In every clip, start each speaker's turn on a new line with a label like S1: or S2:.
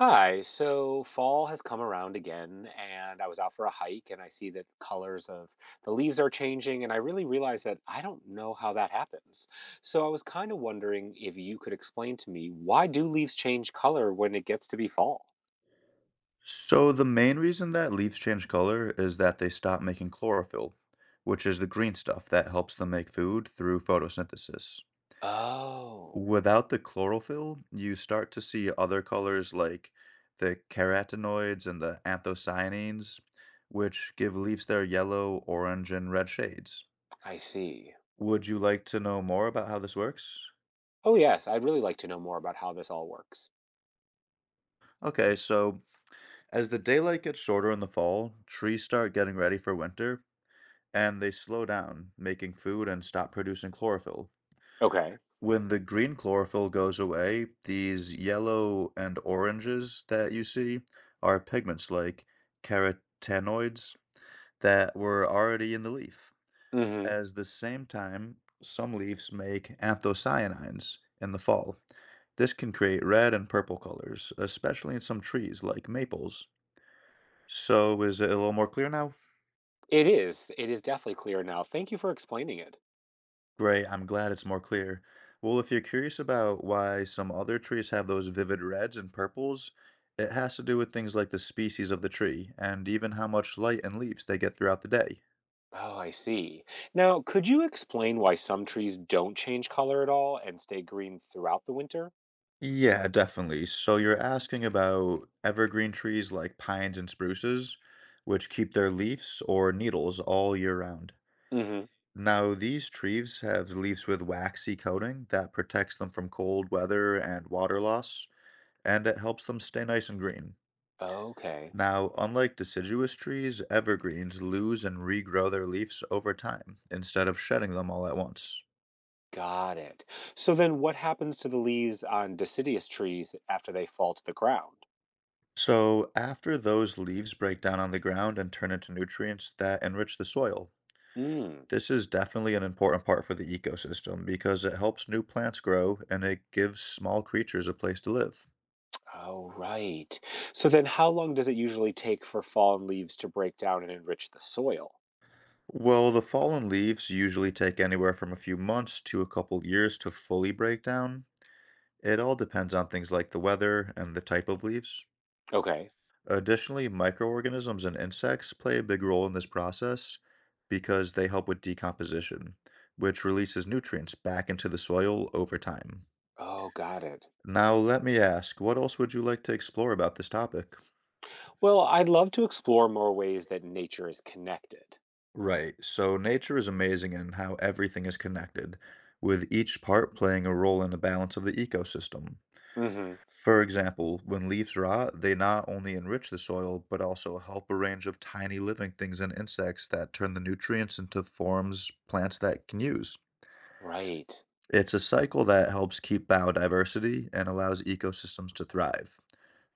S1: Hi, so fall has come around again, and I was out for a hike and I see that colors of the leaves are changing, and I really realized that I don't know how that happens. So I was kind of wondering if you could explain to me why do leaves change color when it gets to be fall?
S2: So the main reason that leaves change color is that they stop making chlorophyll, which is the green stuff that helps them make food through photosynthesis.
S1: Oh,
S2: Without the chlorophyll, you start to see other colors like the carotenoids and the anthocyanins, which give leaves their yellow, orange, and red shades.
S1: I see.
S2: Would you like to know more about how this works?
S1: Oh, yes, I'd really like to know more about how this all works.
S2: Okay, so as the daylight gets shorter in the fall, trees start getting ready for winter and they slow down, making food and stop producing chlorophyll.
S1: Okay.
S2: When the green chlorophyll goes away, these yellow and oranges that you see are pigments like carotenoids that were already in the leaf.
S1: Mm-hmm.
S2: At the same time, some leaves make anthocyanins in the fall. This can create red and purple colors, especially in some trees like maples. So, is it a little more clear now?
S1: It is. It is definitely clear now. Thank you for explaining it.
S2: Great, I'm glad it's more clear. Well, if you're curious about why some other trees have those vivid reds and purples, it has to do with things like the species of the tree and even how much light and leaves they get throughout the day.
S1: Oh, I see. Now, could you explain why some trees don't change color at all and stay green throughout the winter?
S2: Yeah, definitely. So you're asking about evergreen trees like pines and spruces, which keep their leaves or needles all year round.
S1: Hmm.
S2: Now, these trees have leaves with waxy coating that protects them from cold weather and water loss, and it helps them stay nice and green.
S1: Okay,
S2: Now, unlike deciduous trees, evergreens lose and regrow their leaves over time instead of shedding them all at once.
S1: got it. So then what happens to the leaves on deciduous trees after they fall to the ground?
S2: So, after those leaves break down on the ground and turn into nutrients that enrich the soil,
S1: Mm.
S2: this is definitely an important part for the ecosystem because it helps new plants grow and it gives small creatures a place to live.
S1: Oh, right. So then how long does it usually take for fallen leaves to break down and enrich the soil?
S2: Well, the fallen leaves usually take anywhere from a few months to a couple years to fully break down. It all depends on things like the weather and the type of leaves.
S1: Okay.
S2: Additionally, microorganisms and insects play a big role in this process because they help with decomposition, which releases nutrients back into the soil over time.
S1: Oh, got it.
S2: Now, let me ask, what else would you like to explore about this topic?
S1: Well, I'd love to explore more ways that nature is connected.
S2: Right, so nature is amazing in how everything is connected, with each part playing a role in the balance of the ecosystem.
S1: Hmm.
S2: For example, when leaves rot, they not only enrich the soil, but also help a range of tiny living things and insects that turn the nutrients into forms plants that can use.
S1: Right.
S2: It's a cycle that helps keep biodiversity and allows ecosystems to thrive,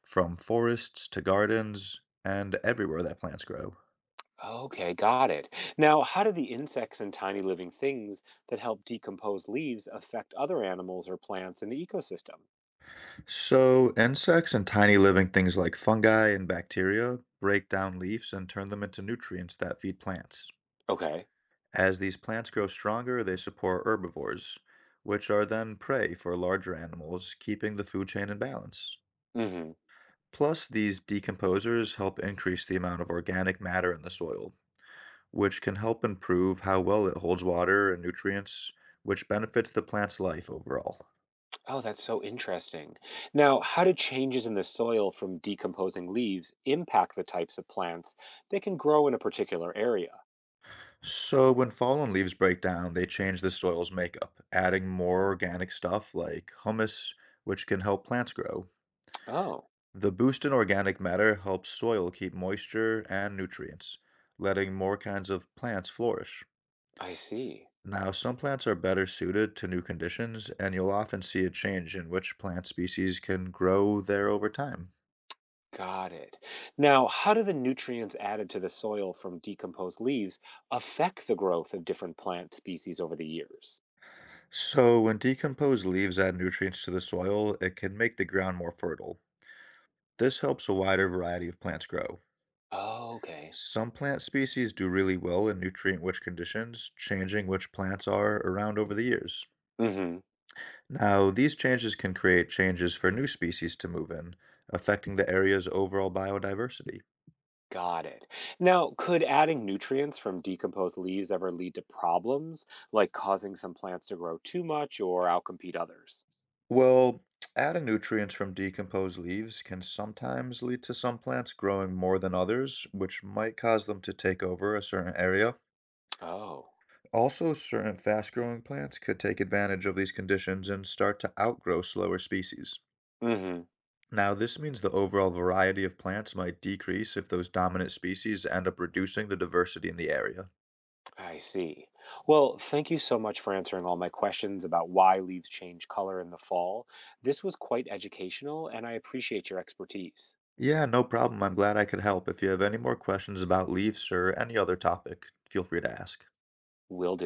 S2: from forests to gardens and everywhere that plants grow.
S1: Okay, got it. Now, how do the insects and tiny living things that help decompose leaves affect other animals or plants in the ecosystem?
S2: So, insects and tiny living things like fungi and bacteria break down leaves and turn them into nutrients that feed plants.
S1: Okay.
S2: As these plants grow stronger, they support herbivores, which are then prey for larger animals, keeping the food chain in balance.
S1: Hmm.
S2: Plus, these decomposers help increase the amount of organic matter in the soil, which can help improve how well it holds water and nutrients, which benefits the plant's life overall.
S1: Oh, that's so interesting. Now, how do changes in the soil from decomposing leaves impact the types of plants that can grow in a particular area?
S2: So, when fallen leaves break down, they change the soil's makeup, adding more organic stuff like humus, which can help plants grow.
S1: Oh,
S2: The boost in organic matter helps soil keep moisture and nutrients, letting more kinds of plants flourish.
S1: I see.
S2: Now, some plants are better suited to new conditions, and you'll often see a change in which plant species can grow there over time.
S1: Got it. Now, how do the nutrients added to the soil from decomposed leaves affect the growth of different plant species over the years?
S2: So, when decomposed leaves add nutrients to the soil, it can make the ground more fertile. This helps a wider variety of plants grow.
S1: Oh, okay.
S2: Some plant species do really well in nutrient-rich conditions, changing which plants are around over the years.
S1: Mhm.
S2: Now, these changes can create changes for new species to move in, affecting the area's overall biodiversity.
S1: Got it. Now, could adding nutrients from decomposed leaves ever lead to problems, like causing some plants to grow too much or outcompete others?
S2: Well, adding nutrients from decomposed leaves can sometimes lead to some plants growing more than others, which might cause them to take over a certain area.
S1: Oh.
S2: Also, certain fast growing plants could take advantage of these conditions and start to outgrow slower species.
S1: Mhm.
S2: Now, this means the overall variety of plants might decrease if those dominant species end up reducing the diversity in the area.
S1: I see. Well, thank you so much for answering all my questions about why leaves change color in the fall. This was quite educational and I appreciate your expertise.
S2: Yeah, no problem. I'm glad I could help. If you have any more questions about leaves or any other topic, feel free to ask.
S1: Will do.